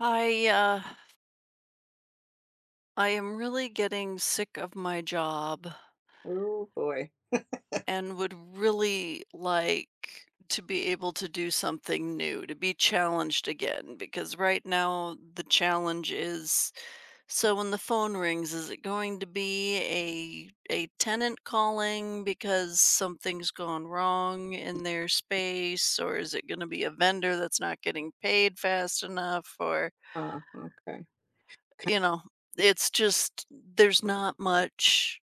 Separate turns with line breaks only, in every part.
I uh I am really getting sick of my job
Oh boy.
and would really like to be able to do something new, to be challenged again because right now the challenge is so when the phone rings is it going to be a tenant calling because something's gone wrong in their space or is it going to be a vendor that's not getting paid fast enough or
Oh, okay.
you know, it's just there's not much,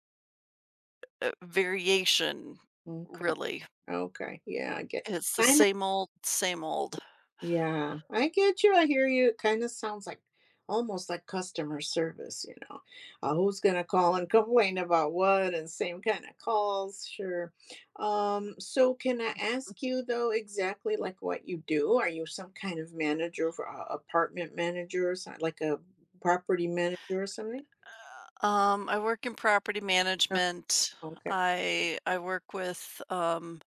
variation,
Okay.
really.
Okay. Yeah, I get
It's the
kind of
same old, same old.
yeah, I get you. I hear you. It kind of sounds like almost like customer service, you know. Who's gonna call and complain about what and same kind of calls, sure. So can I ask you though exactly like what you do? Are you some kind of manager for apartment manager or something like a property manager or something?
I work in property
No.
management.
Okay.
I work with,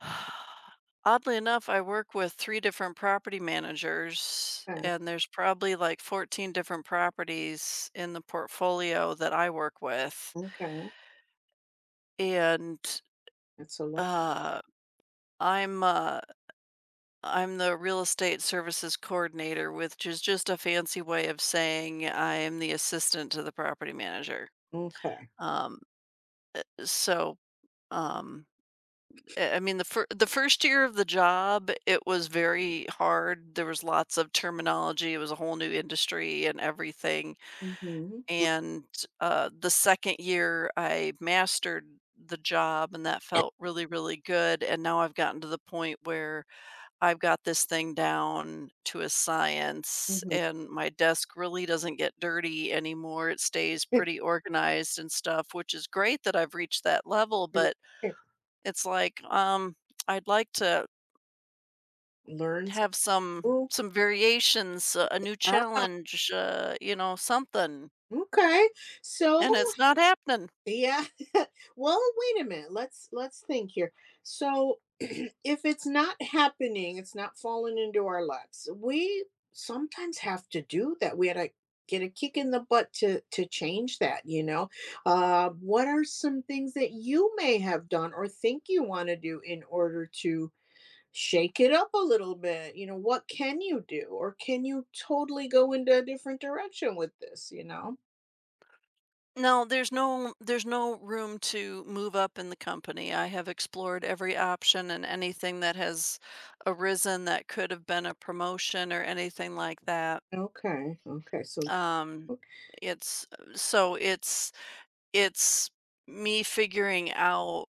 Oddly enough, I work with 3 different property managers,
Okay.
and there's probably, like, 14 different properties in the portfolio that I work with,
Okay.
and,
That's a lot.
uh, I'm, uh I'm the real estate services coordinator, which is just a fancy way of saying I am the assistant to the property manager.
Okay.
Um, so, um Eh, I mean, the fir the first year of the job, it was very hard. There was lots of terminology. It was a whole new industry and everything,
Mm-hmm.
and, the second year, I mastered the job, and that felt really, really good, and now I've gotten to the point where I've got this thing down to a science,
Mhm.
and my desk really doesn't get dirty anymore. It stays pretty organized and stuff, which is great that I've reached that level, but it's like, I'd like to
Learn some
have some
rules.
variations, a new
Ah,
challenge, you know, something,
okay. So
and it's not happening.
yeah. Well, wait a minute. Let's think here. So if it's not happening, it's not falling into our laps. We sometimes have to do that. We had to get a kick in the butt to change that, you know. What are some things that you may have done or think you want to do in order to shake it up a little bit? You know, what can you do? Or can you totally go into a different direction with this, you know?
No, there's no room to move up in the company. I have explored every option and anything that has arisen that could have been a promotion or anything like that.
Okay. Okay. So,
Um, it's so it's me figuring out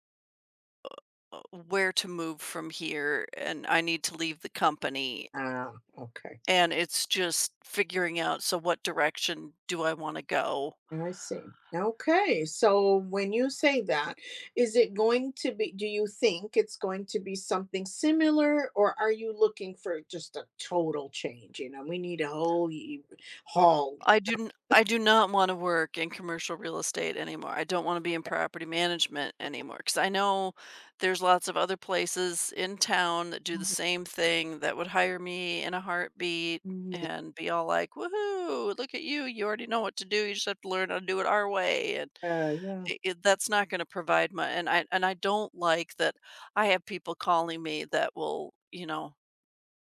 where to move from here, and I need to leave the company.
ah, okay.
And it's just figuring out, so what direction do I want to go?
I see. Okay. So when you say that, is it going to be, do you think it's going to be something similar, or are you looking for just a total change? You know, we need a whole haul.
I do not want to work in commercial real estate anymore. I don't want to be in property management anymore cuz I know there's lots of other places in town that do the
Mhm.
same thing that would hire me in a heartbeat
Mhm.
and be all like, "Woohoo, look at you. You already know what to do. You just have to learn how to do it our way." And
Yeah.
I that's not gonna provide my, and I don't like that I have people calling me that will, you know,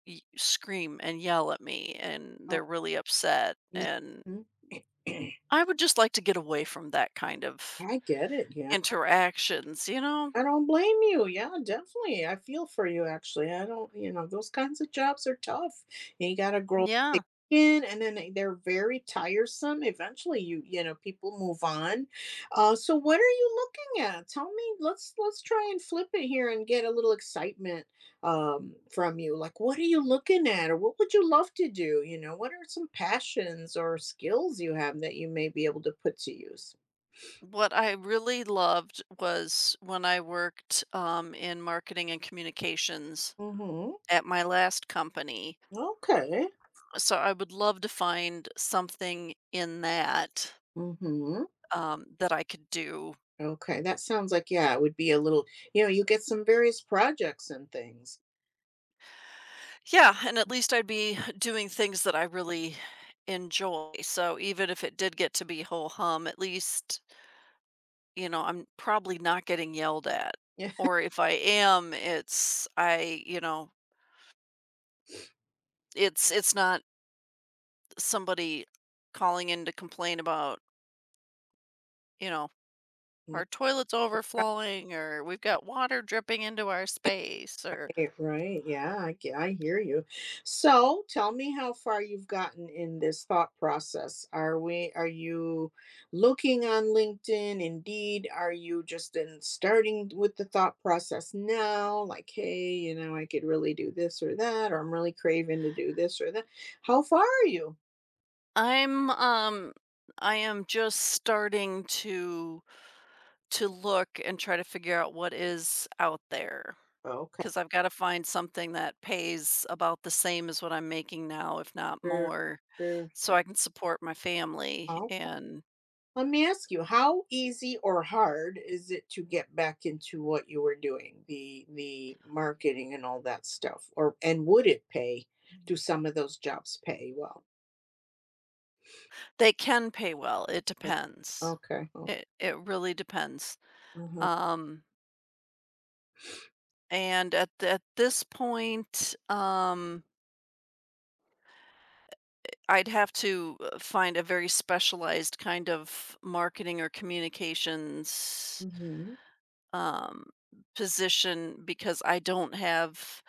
y scream and yell at me, and
Um,
they're really upset, and
mhm.
I would just like to get away from that kind of
I get it. Yeah.
interactions, you know?
I don't blame you. Yeah, definitely. I feel for you actually. I don't, you know, those kinds of jobs are tough. You got to grow thick
Yeah.
skin, and then they're very tiresome. Eventually you, you know, people move on. So what are you looking at? Tell me. Let's try and flip it here and get a little excitement from you. Like what are you looking at, or what would you love to do? You know, what are some passions or skills you have that you may be able to put to use?
What I really loved was when I worked, in marketing and communications
Mhm.
at my last company,
Okay.
so I would love to find something in that,
Mhm.
that I could do.
Okay, that sounds like yeah, it would be a little you know, you get some various projects and things.
Yeah, and at least I'd be doing things that I really enjoy. So even if it did get to be whole hum, at least, you know, I'm probably not getting yelled at.
Yeah.
Or if I am, it's I, you know, it's not somebody calling in to complain about, you know, our toilet's overflowing, or we've got water dripping into our space, or
Right, right. Yeah, I hear you. So, tell me how far you've gotten in this thought process. Are you looking on LinkedIn, Indeed? Are you just in starting with the thought process now? Like, "Hey, you know, I could really do this or that," or, "I'm really craving to do this or that." How far are you?
I'm um I am just starting to look and try to figure out what is out there.
Okay.
'Cause I've gotta find something that pays about the same as what I'm making now, if not
Sure,
more,
sure,
so I can support my family,
sure.
and
Let me ask you, how easy or hard is it to get back into what you were doing, the marketing and all that stuff? Or and would it pay? Do some of those jobs pay well?
they can pay well, it depends.
Okay. Oh,
It really depends.
mhm,
Um, and at this point, I'd have to, find a very specialized kind of marketing or communications,
mhm,
um, position because I don't have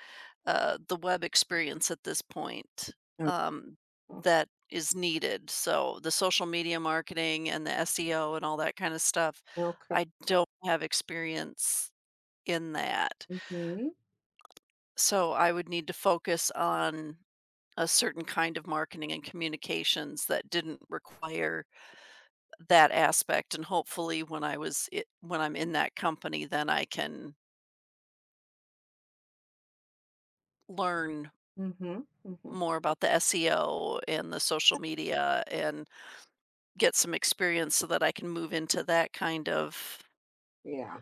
the web experience at this point
oh,
um,
oh,
that is needed. So the social media marketing and the SEO and all that kind of stuff,
okay.
I don't have experience in that.
Mhm,
So I would need to focus on a certain kind of marketing and communications that didn't require that aspect, and hopefully when I'm in that company then I can learn
mhm, mhm.
more about the SEO and the social media and get some experience so that I can move into that kind of.
Yeah.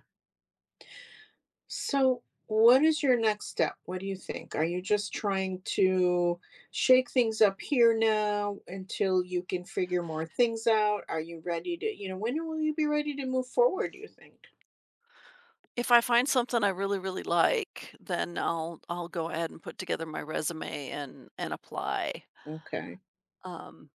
So, what is your next step? What do you think? Are you just trying to shake things up here now until you can figure more things out? Are you ready to, you know, when will you be ready to move forward, do you think?
If I find something I really, really like, then I'll go ahead and put together my resume and apply.
Okay.
Um,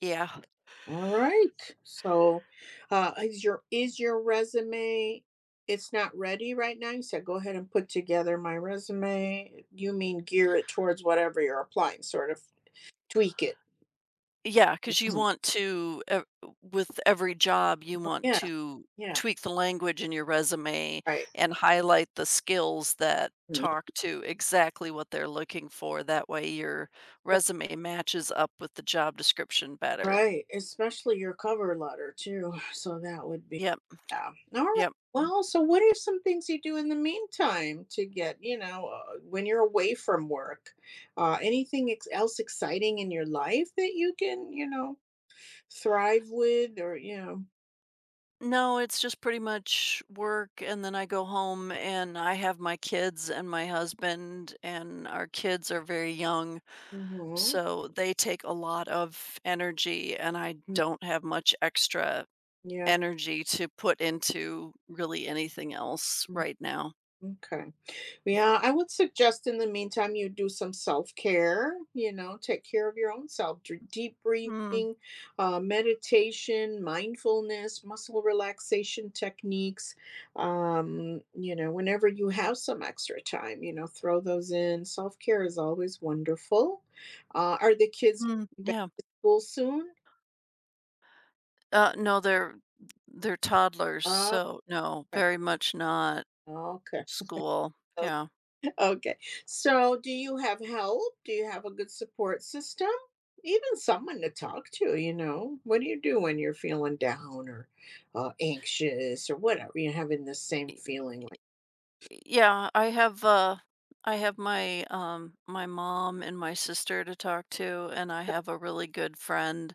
yeah.
All right. So, is your resume it's not ready right now? You said go ahead and put together my resume. You mean gear it towards whatever you're applying, sort of tweak it.
Because you
Mhm.
want to ev With every job, you want
Yeah.
to
Yeah.
tweak the language in your resume
Right.
and highlight the skills that talk to exactly what they're looking for. That way your resume matches up with the job description better.
Right, especially your cover letter too, so that would be
Yep,
yeah. All right,
yep.
well, so what are some things you do in the meantime to get you know, when you're away from work? Anything ex else exciting in your life that you can, you know, thrive with, or you know.
No, it's just pretty much work, and then I go home and I have my kids and my husband, and our kids are very young,
Mhm.
so they take a lot of energy, and I
Mm,
don't have much extra
yeah,
energy to put into really anything else
mm,
right now.
m'kay. Yeah, I would suggest in the meantime you do some self-care, you know, take care of your own self, deep
Mm,
breathing, meditation, mindfulness, muscle relaxation techniques. You know, whenever you have some extra time, you know, throw those in. Self-care is always wonderful. Are the kids
mm,
back
yeah.
to school soon?
No, they're toddlers,
Uh,
so no,
okay.
very much not
Okay.
school. Yeah.
Okay. So, do you have help? Do you have a good support system? Even someone to talk to, you know? What do you do when you're feeling down or anxious or whatever? You're having the same feeling.
Yeah, I have my my mom and my sister to talk to, and I have a really good friend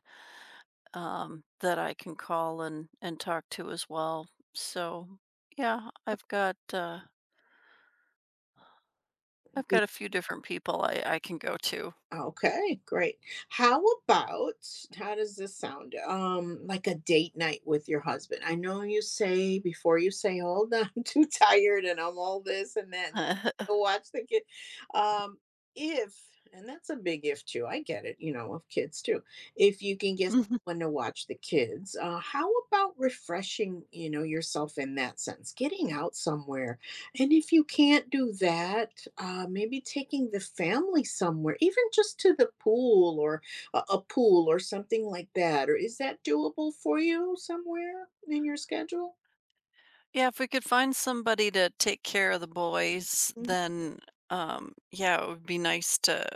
that I can call and talk to as well. So, yeah, I've got a few different people I can go to.
Okay, great. How about how does this sound? Like a date night with your husband. I know you say before you say, "Hold on, I'm too tired and I'm all this and then watch the kid." Um, if and that's a big if too. I get it, you know, of kids too. If you can get
Mhm.
someone to watch the kids, how about refreshing, you know, yourself in that sense? Getting out somewhere, and if you can't do that, maybe taking the family somewhere, even just to the pool or a pool or something like that. Or is that doable for you somewhere in your schedule?
Yeah, if we could find somebody to take care of the boys,
Mhm.
then yeah, it would be nice to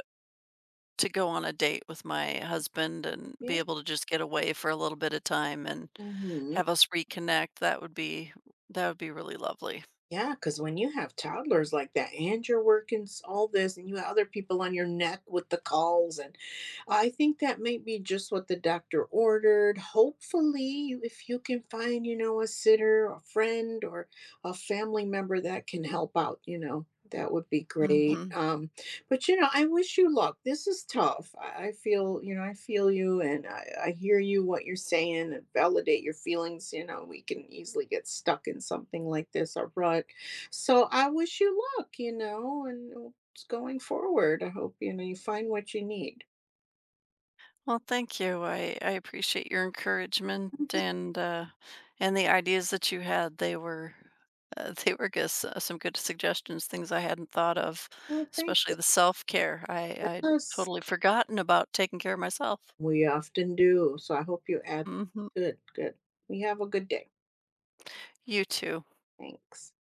go on a date with my husband and
Yeah.
be able to just get away for a little bit of time and
Hmm.
have us reconnect. That would be really lovely.
Yeah, because when you have toddlers like that and you're working s all this and you have other people on your neck with the calls, and I think that may be just what the doctor ordered. Hopefully, you if you can find, you know, a sitter, a friend, or a family member that can help out, you know, that would be mhm. Great.
Mhm.
But you know, I wish you luck. This is tough. I feel, you know, I feel you, and I hear you what you're saying and validate your feelings. You know, we can easily get stuck in something like this, a rut. So I wish you luck, you know, and it's going forward. I hope, you know, you find what you need.
Well, thank you. I appreciate your encouragement
Mhm.
and the ideas that you had. They were they were guess, some good suggestions, things I hadn't thought of,
Well, thank
especially
you.
the self-care. I
Yes,
totally forgotten about taking care of myself.
we often do. So I hope you add
Mhm.
good, good. We have a good day.
You too.
Thanks.